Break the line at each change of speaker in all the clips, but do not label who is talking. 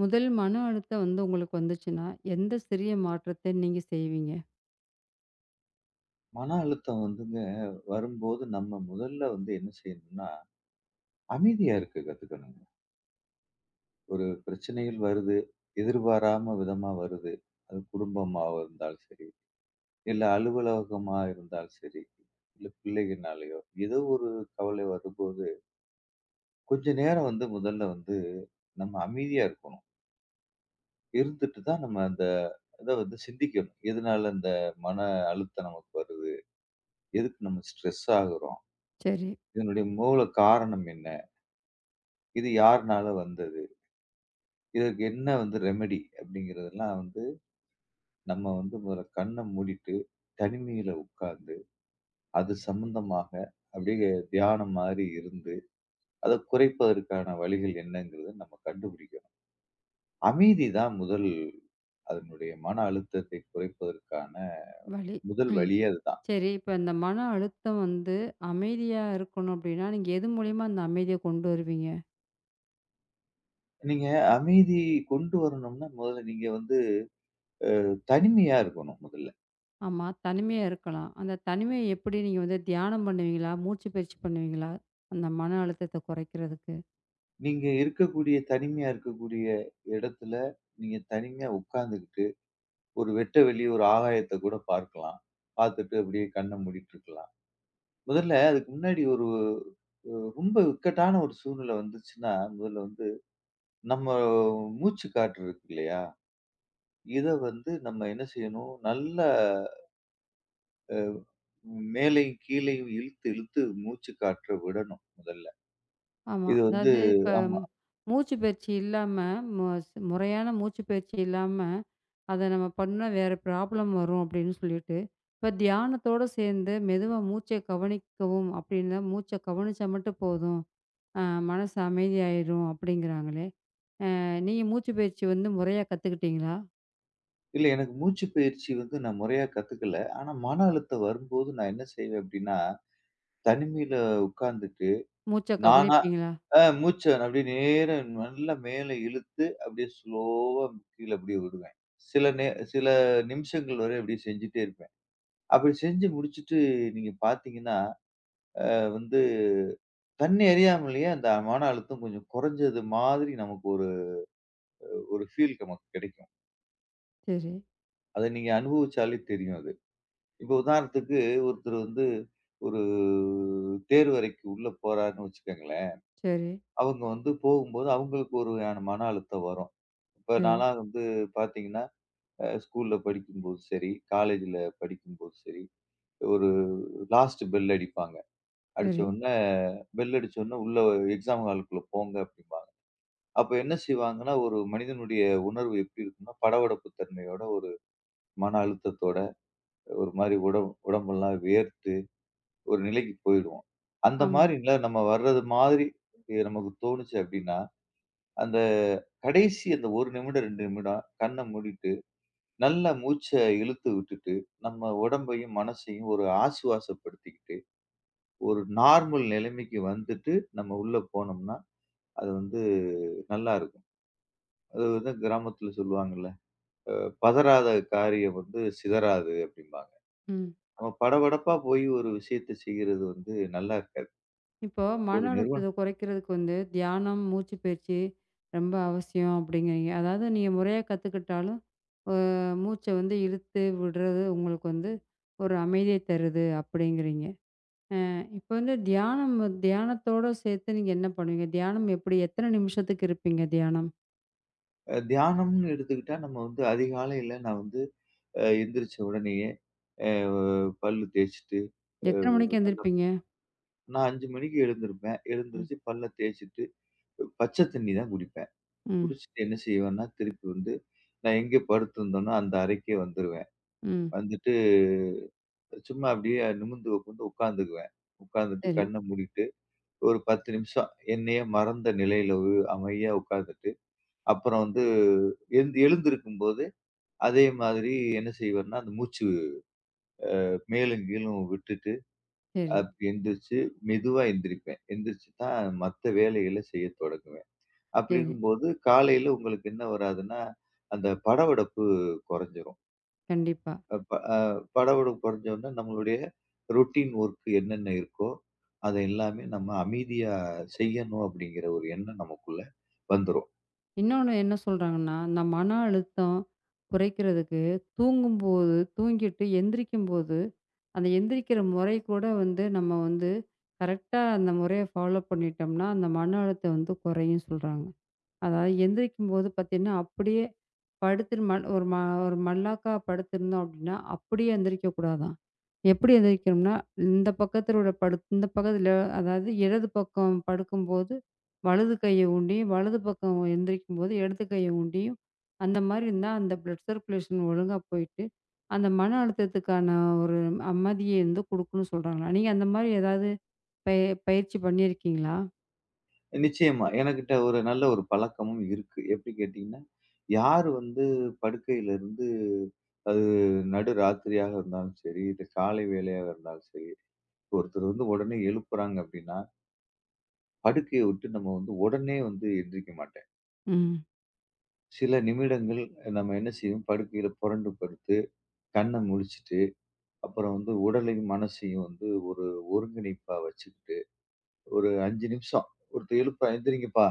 முதல் மன அழுத்தம் வந்து உங்களுக்கு வந்துச்சுன்னா, எந்த சிறிய மாற்றத்தை நீங்க செய்வீங்க?
மன அழுத்தம் வரும்போது நம்ம முதல்ல வந்து என்ன செய்யணும்னா, அமைதியா இருக்க கத்துக்கணுங்க. ஒரு பிரச்சனைகள் வருது, எதிர்பாராம விதமா வருது. அது குடும்பமா இருந்தாலும் சரி, இல்ல அலுவலகமா இருந்தாலும் சரி, இல்ல பிள்ளைகனாலயோ ஏதோ ஒரு கவலை வரும்போது, கொஞ்ச நேரம் வந்து முதல்ல வந்து நம்ம அமைதியா இருக்கணும். இருந்துட்டு தான் நம்ம அந்த இத வந்து சிந்திக்கணும். எதனால இந்த மன அழுத்தம் நமக்கு வருது? எதுக்கு நம்ம ஸ்ட்ரெஸ் ஆகுறோம்?
சரி,
இதனுடைய மூல காரணம் என்ன? இது யாருனால வந்தது? இதற்கு என்ன வந்து ரெமெடி? அப்படிங்கிறதெல்லாம் வந்து நம்ம வந்து முதல்ல கண்ண மூடிட்டு, தனிமையில உட்கார்ந்து, அது சம்பந்தமாக அப்படியே தியானம் மாரி இருந்து, அத குறைப்பதற்கான வழிகள் என்னங்கிறத நம்ம கண்டுபிடிக்கணும். அமைதி தான் முதல் அதனுடைய மன அழுத்தத்தை குறைப்பதற்கான
வலி.
முதல்
ம்.
வழியே அதுதான்.
சரி, இப்ப இந்த மன அழுத்தம் வந்து அமைதியா இருக்கணும் அப்டின்னா, நீங்க எது மூலியமா அந்த அமைதிய கொண்டு வருவீங்க?
நீங்க அமைதி கொண்டு வரணும்னா, முதல்ல நீங்க வந்து தனிமையா இருக்கணும் முதல்ல.
ஆமா, தனிமையா இருக்கலாம். அந்த தனிமைய எப்படி நீங்க வந்து தியானம் பண்ணுவீங்களா? மூச்சு பயிற்சி பண்ணுவீங்களா? அந்த மன அழுத்தத்த குறைக்கிறதுக்கு?
நீங்க இருக்கக்கூடிய தனிமையா இருக்கக்கூடிய இடத்துல, நீங்க தனிமையா உட்கார்ந்துகிட்டு ஒரு வெட்ட வெளி, ஒரு ஆகாயத்த கூட பார்க்கலாம். பார்த்துட்டு அப்படியே கண்ண மூடிட்டு இருக்கலாம். முதல்ல அதுக்கு முன்னாடி ஒரு அ ரொம்ப இக்கட்டான ஒரு சூழ்நிலை வந்துச்சுன்னா, முதல்ல வந்து நம்ம மூச்சு காற்று இருக்கு இல்லையா? இத வந்து நம்ம என்ன செய்யணும், நல்லா மேலேயும் கீழேயும் இழுத்து, இழுத்து மூச்சு காற்ற விடணும் முதல்ல.
ஆமா,
இது வந்து
அதாவது இப்ப
ஆமா.
மூச்சு பயிற்சி இல்லாம, மு ஸ் முறையான மூச்சு பயிற்சி இல்லாம அத நம்ம பண்ணா வேற ப்ராப்ளம் வரும் அப்படின்னு சொல்லிட்டு, இப்ப தியானத்தோட சேர்ந்து மெதுவா மூச்சை கவனிக்கவும் அப்படின்னா, மூச்ச கவனிச்சா மட்டும் போதும். மனசு அமைதியாயிரும் அப்படிங்கிறாங்களே. நீங்க மூச்சு பயிற்சி வந்து முறையா கத்துக்கிட்டீங்களா?
இல்ல எனக்கு மூச்சு பயிற்சி வந்து நான் முறையா கத்துக்கல. ஆனா மன அழுத்தம் வரும்போது நான் என்ன செய்வேன் அப்படின்னா, தனிமையில உட்கார்ந்துட்டு
மூச்ச
நானா
கவனிப்பீங்களா?
மூச்ச அப்படியே நேரா நல்லா மேல இழுத்து, அப்படியே ஸ்லோவா கீழ அப்படியே விடுவேன். சில நே சில நிமிஷங்கள் வரை அப்படியே செஞ்சுட்டே இருப்பேன். அப்படி செஞ்சு முடிச்சுட்டு நீங்க பார்த்தீங்கன்னா, வந்து தன்னை அறியாமலேயே அந்த மன அழுத்தம் கொஞ்சம் குறைஞ்சது மாதிரி நமக்கு ஒரு ஒரு ஃபீல் நமக்கு கிடைக்கும்.
சரி,
அத நீங்க அனுபவிச்சாலே தெரியும் அது. இப்போ உதாரணத்துக்கு ஒருத்தர் வந்து ஒரு தேர்வு அறைக்கு உள்ள போறாருன்னு வச்சுக்கோங்களேன்.
சரி,
அவங்க வந்து போகும்போது அவங்களுக்கு ஒரு வகையான மன அழுத்தம் வரும். இப்ப
சரி,
நான்லாம் வந்து பார்த்தீங்கன்னா ஸ்கூல்ல படிக்கும்போது சரி, காலேஜ்ல படிக்கும்போது சரி, ஒரு லாஸ்ட் பெல் அடிப்பாங்க. அடிச்ச
சரி.
உடனே பெல் அடிச்ச உடனே உள்ள எக்ஸாம் ஹாலுக்குள்ள போங்க அப்படிம்பாங்க. அப்ப என்ன செய்வாங்கன்னா, ஒரு மனிதனுடைய உணர்வு எப்படி இருக்கும்னா, படபடப்பு தன்மையோட, ஒரு மன அழுத்தத்தோட, ஒரு மாரி உடம்பெல்லாம் வேர்த்து ஒரு நிலைக்கு போயிடுவோம். அந்த
ஆமா.
மாரில நம்ம வர்றது மாதிரி நமக்கு தோணுச்சு அப்படின்னா, அந்த கடைசி அந்த 1 நிமிடம், 2 நிமிடம் கண்ண மூடிட்டு நல்லா மூச்ச இழுத்து விட்டுட்டு, நம்ம உடம்பையும், மனசையும் ஒரு ஆசுவாசப்படுத்திக்கிட்டு, ஒரு நார்மல் நிலைமைக்கு வந்துட்டு, நம்ம உள்ள போனோம்னா, அது வந்து நல்லாருக்கும். அது வந்து கிராமத்துல சொல்லுவாங்கல்ல, "பதறாத காரியம் வந்து சிதறாது" அப்படிம்பாங்க.
ம்.
நம்ம படபடப்பா போய் ஒரு விஷயத்த செய்யறது வந்து நல்லா இருக்காது.
இப்போ மன
ஒரு நிறுவனம்
அழுத்தத்தை குறைக்கிறதுக்கு வந்து தியானம், மூச்சு பயிற்சி ரொம்ப அவசியம் அப்படிங்கிறீங்க. அதாவது நீங்க முறையா கத்துக்கிட்டாலும், அ மூச்ச வந்து இழுத்து விடுறது உங்களுக்கு வந்து ஒரு அமைதிய தருது அப்படிங்கிறீங்க. இப்ப வந்து தியானத்தோட சேர்த்து நீங்க என்ன பண்ணுவீங்க? தியானம் எப்படி? எத்தன நிமிஷத்துக்கு இருப்பீங்க தியானம்?
அ தியானம்னு எடுத்துக்கிட்டா, நம்ம வந்து அதிகாலையில நான் வந்து எந்திரிச்ச உடனேயே, அ பல்லு தேய்ச்சுட்டு, அ
எத்தன மணிக்கு
நல்ல
எந்திரிப்பீங்க?
நான் 5 மணிக்கு எழுந்திருப்பேன்.
ம்,
எழுந்திருச்சு பல்ல தேய்ச்சுட்டு, பச்சை தண்ணி தான் குடிப்பேன்.
ம்,
குடிச்சுட்டு என்ன செய்வேன்னா, திருப்பி வந்து நான் எங்கே படுத்திருந்தேனோ அந்த அறைக்கே வந்துருவேன்.
ம்.
வந்துட்டு சும்மா அப்படியே நிமிர்ந்து உட்காந்துக்குவேன். உட்காந்துட்டு
சரி,
கண்ண மூடிட்டு, ஒரு 10 நிமிஷம் என்னையே மறந்த நிலையில ஒரு அமைதியா உட்காந்துட்டு, அப்புறம் வந்து எழுந்திருக்கும்போது அதே மாதிரி என்ன செய்வேன்னா, அந்த மூச்சு மேலும் கீழும் விட்டுட்டு,
சரி,
அப்படி எந்திரிச்சு மெதுவா எந்திரிப்பேன். எந்திரிச்சு தான் மத்த வேலைகள செய்ய தொடங்குவேன்.
சரி.
அப்படிங்கும்போது, காலையில உங்களுக்கு என்ன வராதுன்னா, அந்த படபடப்பு கொறஞ்சிரும்.
கண்டிப்பா.
அ ப அ படபடப்பு கொறஞ்ச உடனே நம்மளுடைய ரொட்டீன் ஒர்க் என்னென்ன இருக்கோ, அத எல்லாமே நம்ம அமைதியா செய்யணும் அப்படிங்கிற ஒரு எண்ணம் நமக்குள்ள வந்துரும்.
இன்னொன்னு என்ன சொல்றாங்கன்னா, இந்த மன அழுத்தம் குறைக்கிறதுக்கு தூங்கும்போது, தூங்கிட்டு எந்திரிக்கும்போது, அந்த எந்திரிக்கிற முறை கூட வந்து நம்ம வந்து கரெக்ட்டா அந்த முறைய ஃபாலோ பண்ணிட்டோம்னா, அந்த மன அழுத்தம் வந்து குறையும் சொல்றாங்க. அதாவது எந்திரிக்கும்போது பார்த்தீங்கன்னா, அப்படியே படுத்துரு ம ஒரு ம ஒரு மல்லாக்கா படுத்திருந்தோம் அப்படின்னா, அப்படியே எந்திரிக்க கூடாதாம். எப்படி எந்திரிக்கணும்னா, இந்த பக்கத்தில அதாவது இடது பக்கம் படுக்கும்போது, வலது கைய ஊண்டியும், வலது பக்கம் எந்திரிக்கும்போது இடது கைய ஊண்டியும், அந்த மாரி இருந்தா அந்த பிளட் சர்க்குலேஷன் ஒழுங்கா போயிட்டு, அந்த மன அழுத்தத்துக்கான ஒரு அமைதிய வந்து குடுக்கும்னு சொல்றாங்களாம். நீங்க அந்த மாரி ஏதாவது பய பயிற்சி பண்ணியிருக்கீங்களா?
நிச்சயமா எனக்கிட்ட ஒரு நல்ல ஒரு பழக்கமும் இருக்கு. எப்படி கேட்டீங்கன்னா, யாரு வந்து படுக்கையிலிருந்து அது நடு ராத்திரியாக இருந்தாலும் சரி, இல்ல காலை வேளையாக இருந்தாலும் சரி, ஒருத்தர் வந்து உடனே எழுப்புறாங்க அப்படின்னா படுக்கைய விட்டு நம்ம வந்து உடனே வந்து எந்திரிக்க மாட்டேன்.
ம்.
சில நிமிடங்கள் நம்ம என்ன செய்வோம், படுக்கையில புரண்டு படுத்து, கண்ண முழிச்சுட்டு, அப்புறம் வந்து உடலையும், மனசையும் வந்து ஒரு ஒருங்கிணைப்பா வச்சுக்கிட்டு, ஒரு 5 நிமிஷம் ஒருத்தர் எழுப்புறா, "எந்திரிங்கப்பா,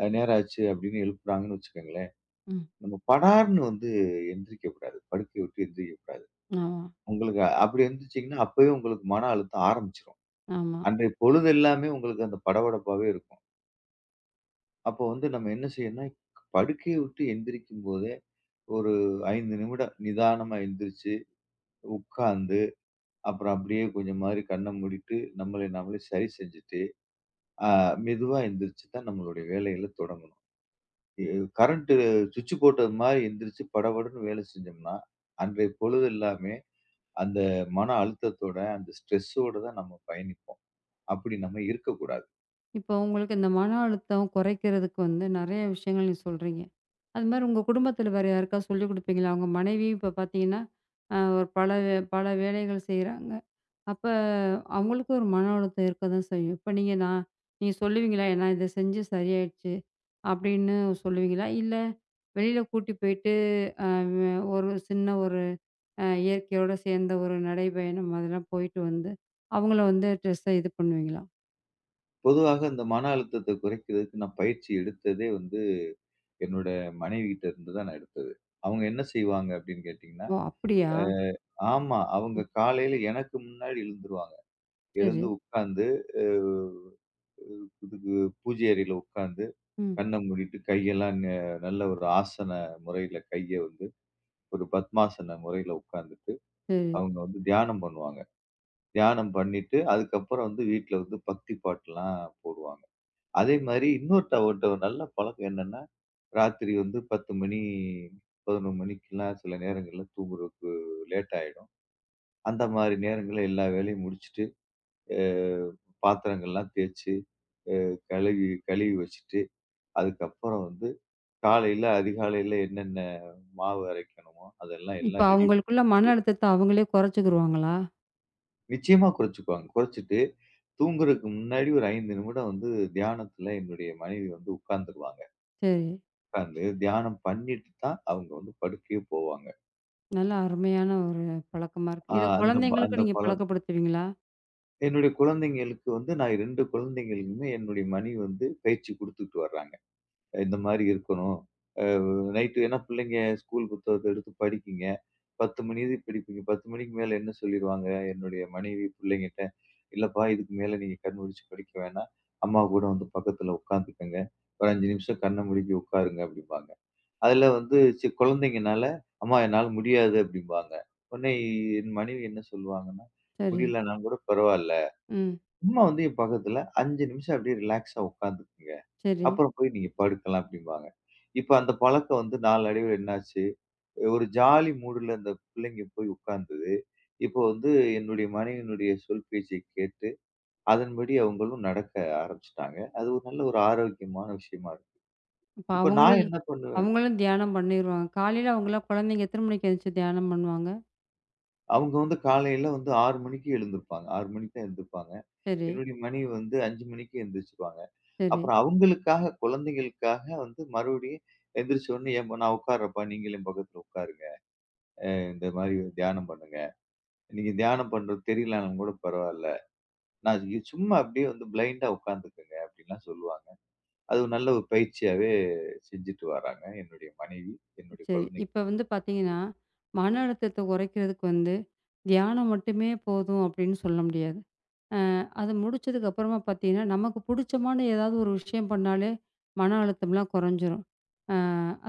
நேரம் ஆச்சு" அப்படின்னு எழுப்புறாங்கன்னு வச்சுக்கோங்களேன்,
ம்.
நம்ம படார்ன்னு வந்து எந்திரிக்க கூடாது. படுக்கைய விட்டு எந்திரிக்க கூடாது.
ஆமா,
உங்களுக்கு அப்படி எந்திரிச்சீங்கன்னா, அப்பவே உங்களுக்கு மன அழுத்தம் ஆரம்பிச்சுரும்.
ஆமா.
அன்றைய பொழுது எல்லாமே உங்களுக்கு அந்த படபடப்பாவே இருக்கும். அப்போ வந்து நம்ம என்ன செய்யணும்னா, படுக்கைய விட்டு எந்திரிக்கும்போதே ஒரு 5 நிமிடம் நிதானமா எந்திரிச்சு, உட்கார்ந்து, அப்புறம் அப்படியே கொஞ்சம் மாரி கண்ண மூடிட்டு, நம்மளை நாமளே சரி செஞ்சுட்டு, அ மெதுவா எந்திரிச்சு தான் நம்மளுடைய வேலைகள தொடங்கணும். எ கரண்ட்டு சுவிட்ச் போட்டது மாரி எந்திரிச்சு படபடன்னு வேலை செஞ்சோம்னா, அன்றைய பொழுது எல்லாமே அந்த மன அழுத்தத்தோட, அந்த ஸ்ட்ரெஸ்ஸோட தான் நம்ம பயணிப்போம். அப்படி நம்ம இருக்கக்கூடாது.
இப்போ உங்களுக்கு இந்த மன அழுத்தம் குறைக்கிறதுக்கு வந்து நெறைய விஷயங்கள் நீங்க சொல்றீங்க. அதுமாரி உங்க குடும்பத்தில வேற யாருக்காவது சொல்லிக் குடுப்பீங்களா? உங்க மனைவி இப்ப பார்த்தீங்கன்னா, ஒரு பல வேலைகள் செய்றாங்க. அப்ப அவங்களுக்கும் ஒரு மன அழுத்தம் இருக்க தான் செய்யும். இப்ப நீங்க சொல்லுவீங்களா? நான் இத செஞ்சு சரியாயிடுச்சு அப்படின்னு சொல்லுவீங்களா? இல்ல வெளியில கூட்டி போயிட்டு அ ஒரு இயற்கையோட சேர்ந்த ஒரு நடைப்பயணம் அதெல்லாம் போயிட்டு வந்து அவங்கள வந்து ஸ்ட்ரெஸ்ஸ இது பண்ணுவீங்களா?
பொதுவாக இந்த மன அழுத்தத்த குறைக்கிறதுக்கு நான் பயிற்சி எடுத்ததே வந்து, என்னோட மனைவிகிட்ட இருந்து தான் நான் எடுத்தது. அவங்க என்ன செய்வாங்க அப்படின்னு கேட்டீங்கன்னா,
ஓ! அப்படியா?
அ ஆமா. அவங்க
ம்.
காலையில எனக்கு முன்னாடி எழுந்துருவாங்க.
சரி.
எழுந்து உட்கார்ந்து, அ இதுக்கு பூஜை அறையில உட்கார்ந்து,
ம்.
கண்ண மூடிட்டு கையெல்லாம் நல்ல ஒரு ஆசன முறையில கைய வந்து ஒரு பத்மாசன முறையில உட்கார்ந்துட்டு, அவங்க வந்து தியானம் பண்ணுவாங்க. தியானம் பண்ணிட்டு, அதுக்கப்புறம் வந்து வீட்ல வந்து பக்தி பாட்டுலாம் போடுவாங்க. அதே மாரி இன்னொருத்தவர்ட்ட ஒரு நல்ல பழக்கம் என்னன்னா, ராத்திரி வந்து 10 மணி, 11 மணிக்கெல்லாம் சில நேரங்கள்ல தூங்குறதுக்கு லேட் ஆயிடும். அந்த மாரி நேரங்கள்ல எல்லா வேலையும் முடிச்சுட்டு அ பாத்திரங்கள்லாம் தேய்ச்சு, அ கழுவி கழுவி வச்சுட்டு, அதுக்கப்புறம் வந்து காலையில அதிகாலையில என்னென்ன மாவு அரைக்கணுமோ, அதெல்லாம்
இப்ப
எல்லாம் ரெடி பண்ணி
அவங்களுக்குள்ள மன
வச்சுட்டு,
அழுத்தத்த அவங்களே குறைச்சுக்குருவாங்களா?
நிச்சயமா குறைச்சுக்குவாங்க. குறைச்சுட்டு, தூங்குறதுக்கு முன்னாடி ஒரு 5 நிமிடம் வந்து தியானத்துல என்னுடைய மனைவி வந்து உட்கார்ந்துருவாங்க.
சரி.
உட்கார்ந்து தியானம் பண்ணிட்டு தான் அவங்க வந்து படுக்கையே போவாங்க.
நல்ல அருமையான ஒரு பழக்கமா இருக்கு.
அ
இத
அந்த ப அந்த
குழந்தைங்களுக்கு நீங்க
பழக்கம்.
பழக்கப்படுத்துவீங்களா?
என்னுடைய குழந்தைங்களுக்கு வந்து நான் 2 குழந்தைகளுக்குமே என்னுடைய மனைவி வந்து பயிற்சி குடுத்துட்டு வர்றாங்க. இந்த மாரி இருக்கணும். அ நைட்டு ஏன்னா பிள்ளைங்க ஸ்கூல் புத்தகத்த எடுத்து படிக்குங்க. 10 மணி இது படிப்பீங்க. 10 மணிக்கு மேல என்ன சொல்லிருவாங்க, என்னுடைய மனைவி பிள்ளைங்கட்ட, "இல்லப்பா இதுக்கு மேல நீங்க கண் விழிச்சு படிக்க வேணாம். அம்மா கூட வந்து பக்கத்துல உட்காந்துக்கங்க. ஒரு 5 நிமிஷம் கண்ண மூடிட்டு உட்காருங்க" அப்படிம்பாங்க. அதுல வந்து குழந்தைங்கனால, "அம்மா என்னால முடியாது" அப்படிம்பாங்க. உடனே என் மனைவி என்ன சொல்லுவாங்கன்னா,
சரி.
"முடியலன்னா கூட பரவால்ல.
ம்.
அம்மா வந்து என் பக்கத்துல 5 நிமிஷம் அப்படியே ரிலாக்ஸா உட்காந்துக்குங்க.
சரி.
அப்புறம் போய் நீங்க படுக்கலாம் அப்படிம்பாங்க. இப்ப அந்த பழக்கம் வந்து நாளடைவுல என்னாச்சு, ஒரு ஜாலி மூடுல அந்த பிள்ளைங்க போய் உட்கார்ந்தது. இப்போ வந்து என்னுடைய மனைவியினுடைய சொல் பேச்சை கேட்டு, அதன்படி அவங்களும் நடக்க ஆரம்பிச்சுட்டாங்க. அது ஒரு நல்ல ஒரு ஆரோக்கியமான விஷயமா இருக்கு.
அப்ப
இப்ப நான் என்ன பண்ணுவேன்,
அவங்களும் தியானம் பண்ணிருவாங்க. காலையில குழந்தைங்க எத்தன மணிக்கு எந்திரிச்சு தியானம் பண்ணுவாங்க?
அவங்க வந்து காலையில வந்து 6 மணிக்கு எழுந்திருப்பாங்க. 6 மணிக்கு தான் எழுந்திருப்பாங்க.
சரி,
என்னுடைய மனைவி வந்து 5 மணிக்கு எந்திரிச்சுருவாங்க.
சரி,
அப்புறம் அவங்களுக்காக, குழந்தைகளுக்காக வந்து மறுபடியும் எந்திரிச்ச உடனே, "ஏம்மா நான் உட்கார்றேன்ப்பா, நீங்களும் என் பக்கத்துல உட்காருங்க. இந்த மாரி தியானம் பண்ணுங்க. நீங்க தியானம் பண்றது தெரியலனாலும் கூட பரவால்ல. நான் சும்மா அப்படியே வந்து பிளைண்டா உட்காந்துக்கங்க" அப்படின்லாம் சொல்லுவாங்க. அது ஒரு நல்ல ஒரு பயிற்சியாவே செஞ்சுட்டு வராங்க, என்னுடைய மனைவி, என்னுடைய
சரி.
குழந்தைங்க.
இப்ப வந்து பார்த்தீங்கன்னா, மன அழுத்தத்த குறைக்கிறதுக்கு வந்து தியானம் மட்டுமே போதும் அப்படின்னு சொல்ல முடியாது. அ அது முடிச்சதுக்கு அப்புறமா பார்த்தீங்கன்னா, நமக்கு புடிச்சமான ஏதாவது ஒரு விஷயம் பண்ணாலே, மன அழுத்தம்லாம் குறைஞ்சிரும். அ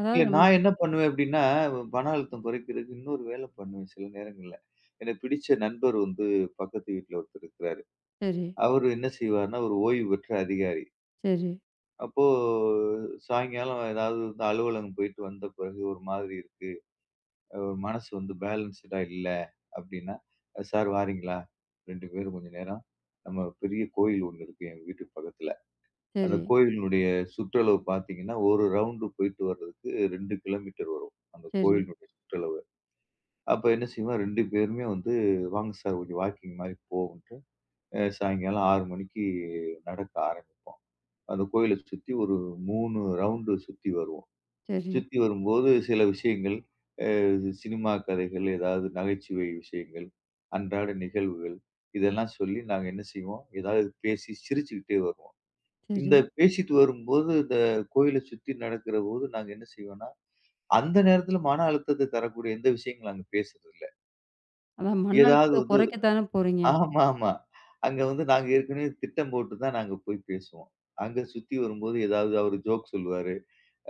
அதாவது
இல்ல
நமக்கு
நான் என்ன பண்ணுவேன் அப்படின்னா, மன அழுத்தம் குறைக்கிறதுக்கு இன்னொரு வேலை பண்ணுவேன் சில நேரங்கள்ல. எனக்கு பிடிச்ச நண்பர் வந்து பக்கத்து வீட்ல ஒருத்தர் இருக்கிறாரு.
சரி,
அவரு என்ன செய்வாருன்னா, ஒரு ஓய்வு பெற்ற அதிகாரி.
சரி,
அப்போ சாயங்காலம் ஏதாவது வந்து அலுவலகம் போயிட்டு வந்த பிறகு ஒரு மாதிரி இருக்கு. ஒரு மனசு வந்து பேலன்ஸ்டா இல்ல அப்படின்னா, "சார் வாரீங்களா? 2 பேரும் கொஞ்ச நேரம் நம்ம பெரிய கோயில் ஒண்ணு இருக்கு எங்க வீட்டுக்கு பக்கத்துல. அந்த
சரி,
கோயிலினுடைய சுற்றளவு பார்த்தீங்கன்னா, ஒரு ரவுண்டு போயிட்டு வர்றதுக்கு 2 கிலோமீட்டர் வரும். அந்த
சரி,
கோயிலினுடைய சுற்றளவு. அப்ப என்ன செய்வோம் 2 பேருமே வந்து வாங்க சார் கொஞ்சம் வாக்கிங் மாரி போவோம்ன்ட்டு, சாயங்காலம் 6 மணிக்கு நடக்க ஆரம்பிப்போம். அந்த கோயில சுத்தி ஒரு 3 ரவுண்டு சுத்தி வருவோம்.
சரி,
சுத்தி வரும்போது சில விஷயங்கள், இது சினிமா கதைகள், ஏதாவது நகைச்சுவை விஷயங்கள், அன்றாட நிகழ்வுகள், இதெல்லாம் சொல்லி நாங்க என்ன செய்வோம், ஏதாவது பேசி சிரிச்சுக்கிட்டே வருவோம்.
சரி.
இந்த பேசிட்டு வரும்போது, இந்த கோயில சுத்தி நடக்கிறபோது நாங்க என்ன செய்வோம்னா, அந்த நேரத்துல மன அழுத்தத்த தரக்கூடிய எந்த விஷயங்களும் நாங்க பேசுறதில்ல.
அதான் மன
ஏதாவது
அழுத்தத்த
வந்து
குறைக்க தானே போறீங்க.
ஆமாமா. அங்க வந்து நாங்க ஏற்கனவே திட்டம் போட்டு தான் நாங்க போய் பேசுவோம். அங்க சுத்தி வரும்போது ஏதாவது அவரு ஜோக் சொல்லுவாரு.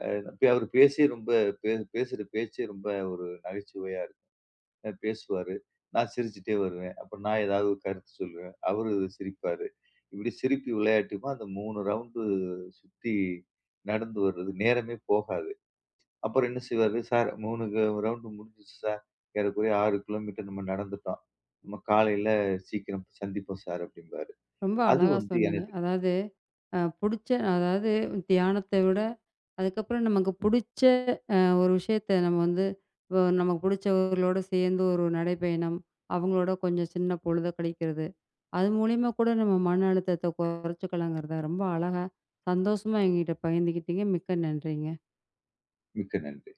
அ அவரு பேசி ரொம்ப பே பேசுற பேச்சே ரொம்ப ஒரு நகைச்சுவையா இருக்கும். பேசுவாரு. நான் சிரிச்சுட்டே வருவேன். அப்ப நான் ஏதாவது ஒரு கருத்து சொல்லுவேன். அவரு சிரிப்பாரு. இப்படி சிரிப்பு விளையாட்டுமா அந்த 3 ரவுண்டு சுத்தி நடந்து வர்றது. நேரமே போகாது. அப்புறம் என்ன செய்வாரு, "சார் 3 ரவுண்டு முடிஞ்சுச்சு சார். ஏறக்குறைய 6 கிலோமீட்டர் நம்ம நடந்துட்டோம். நம்ம காலையில சீக்கிரம் சந்திப்போம் சார்" அப்படிம்பாரு.
ரொம்ப
அது
அழகா
வந்து
சொன்னீங்க.
எனக்கு
அதாவது அ புடிச்ச அதாவது தியானத்த விட, அதுக்கப்புறம் நமக்கு புடிச்ச ஒரு விஷயத்த நம்ம வந்து நமக்கு புடிச்சவர்களோட சேர்ந்து ஒரு நடைப்பயணம், அவங்களோட கொஞ்சம் சின்ன பொழுத கழிக்கிறது. அது மூலியமா கூட நம்ம மன அழுத்தத்த குறைச்சுக்கலாங்கிறத ரொம்ப அழகா, சந்தோஷமா என்கிட்ட பகிர்ந்துக்கிட்டீங்க. மிக்க நன்றிங்க.
மிக்க நன்றி.